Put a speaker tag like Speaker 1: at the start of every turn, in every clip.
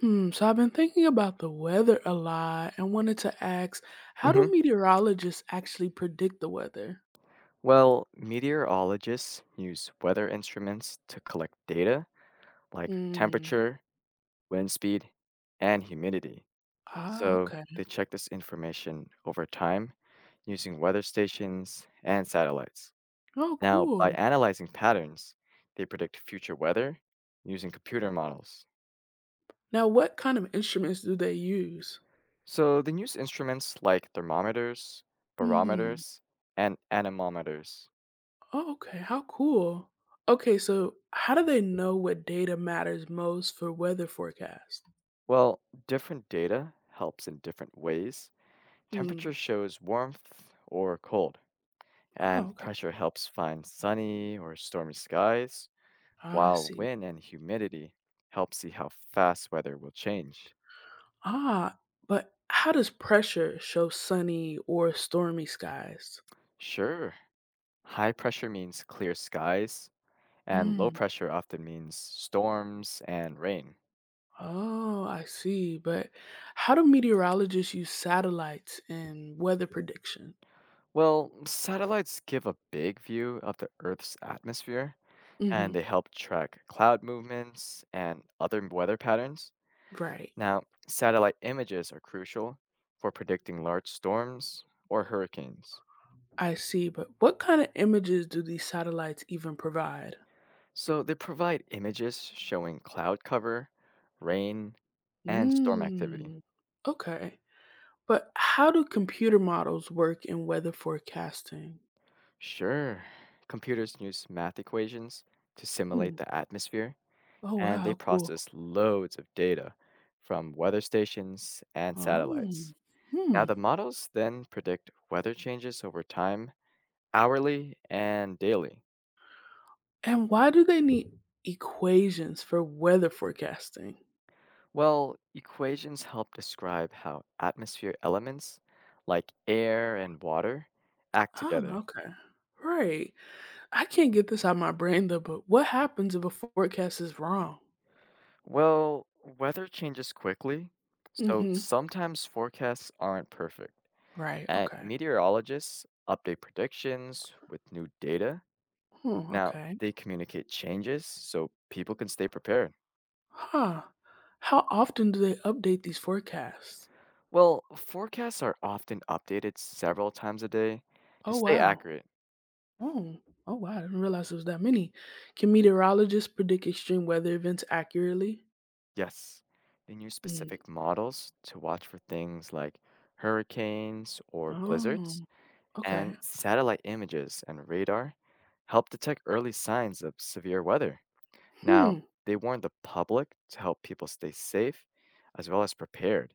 Speaker 1: Hmm, so I've been thinking about the weather a lot and wanted to ask, how do
Speaker 2: hmm
Speaker 1: meteorologists actually predict the weather?
Speaker 2: Well, meteorologists use weather instruments to collect data like
Speaker 1: Mm.
Speaker 2: temperature, wind speed, and humidity.
Speaker 1: Ah,
Speaker 2: So
Speaker 1: okay.
Speaker 2: they check this information over time using weather stations and satellites.
Speaker 1: Oh,
Speaker 2: Now, by
Speaker 1: cool.
Speaker 2: analyzing patterns, they predict future weather using computer models.
Speaker 1: Now, what kind of instruments do they use?
Speaker 2: So they use instruments like thermometers,
Speaker 1: Hmm.
Speaker 2: barometers, and anemometers.
Speaker 1: Oh, okay. How cool. Okay, so how do they know what data matters most for weather forecasts?
Speaker 2: Well, different data helps in different ways. Temperature
Speaker 1: Hmm.
Speaker 2: shows warmth or cold,
Speaker 1: Oh,
Speaker 2: and
Speaker 1: okay.
Speaker 2: pressure helps find sunny or stormy skies,
Speaker 1: I
Speaker 2: while
Speaker 1: see.
Speaker 2: wind and humidity help see how fast weather will change.
Speaker 1: Ah, but how does pressure show sunny or stormy skies?
Speaker 2: Sure, high pressure means clear skies, and low pressure often means storms and rain.
Speaker 1: Oh, I see. But how do meteorologists use satellites in weather prediction?
Speaker 2: Well, satellites give a big view of the Earth's atmosphere, and they
Speaker 1: Hmm.
Speaker 2: help track cloud movements and other weather patterns.
Speaker 1: Right.
Speaker 2: Now, satellite images are crucial for predicting large storms or hurricanes.
Speaker 1: I see. But what kind of images do these satellites even provide?
Speaker 2: So they provide images showing cloud cover, rain, and storm activity.
Speaker 1: Mm, okay. But how do computer models work in weather forecasting?
Speaker 2: Sure, computers use math equations to
Speaker 1: Hmm.
Speaker 2: simulate the atmosphere,
Speaker 1: Oh,
Speaker 2: and they
Speaker 1: wow. Cool.
Speaker 2: process loads of data from weather stations and
Speaker 1: Oh,
Speaker 2: satellites. Now,
Speaker 1: hmm.
Speaker 2: the models then predict weather changes over time, hourly and daily.
Speaker 1: And why do they need equations for weather forecasting?
Speaker 2: Well, equations help describe how atmosphere elements like air and water act
Speaker 1: Ah,
Speaker 2: together.
Speaker 1: okay. Right. I can't get this out of my brain though, but what happens if a forecast is wrong?
Speaker 2: Well, weather changes quickly, so
Speaker 1: Mhm.
Speaker 2: sometimes forecasts aren't perfect,
Speaker 1: Right,
Speaker 2: and
Speaker 1: okay.
Speaker 2: meteorologists update predictions with new data.
Speaker 1: Hmm,
Speaker 2: Now,
Speaker 1: okay.
Speaker 2: they communicate changes so people can stay prepared.
Speaker 1: Huh. How often do they update these forecasts?
Speaker 2: Well, forecasts are often updated several times a day to
Speaker 1: Oh,
Speaker 2: stay
Speaker 1: wow.
Speaker 2: accurate.
Speaker 1: Oh. Oh, wow, I didn't realize there was that many. Can meteorologists predict extreme weather events accurately?
Speaker 2: Yes. They use
Speaker 1: Mm.
Speaker 2: specific models to watch for things like hurricanes or
Speaker 1: Oh.
Speaker 2: blizzards,
Speaker 1: Okay.
Speaker 2: and satellite images and radar help detect early signs of severe weather. Now,
Speaker 1: Hmm.
Speaker 2: they warn the public to help people stay safe as well as prepared.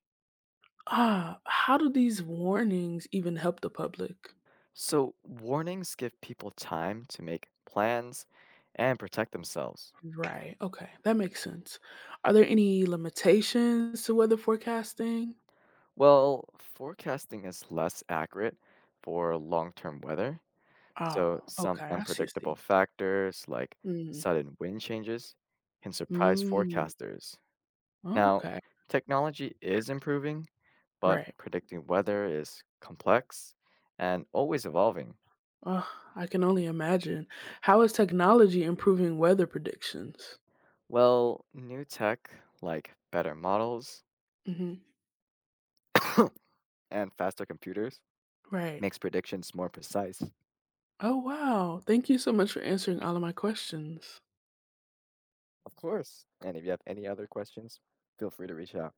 Speaker 1: Ah, how do these warnings even help the public?
Speaker 2: So, warnings give people time to make plans and protect themselves.
Speaker 1: Right. Okay. That makes sense. Are there any limitations to weather forecasting?
Speaker 2: Well, forecasting is less accurate for long term weather.
Speaker 1: Oh,
Speaker 2: So some
Speaker 1: okay, I see,
Speaker 2: unpredictable factors like
Speaker 1: Mhm.
Speaker 2: sudden wind changes can surprise
Speaker 1: Mm,
Speaker 2: forecasters. Now,
Speaker 1: okay,
Speaker 2: technology is improving, but
Speaker 1: right.
Speaker 2: predicting weather is complex and always evolving.
Speaker 1: Ugh, I can only imagine. How is technology improving weather predictions?
Speaker 2: Well, new tech like better models
Speaker 1: Mhm,
Speaker 2: and faster computers
Speaker 1: right.
Speaker 2: makes predictions more precise.
Speaker 1: Oh, wow. Thank you so much for answering all of my questions.
Speaker 2: Of course. And if you have any other questions, feel free to reach out.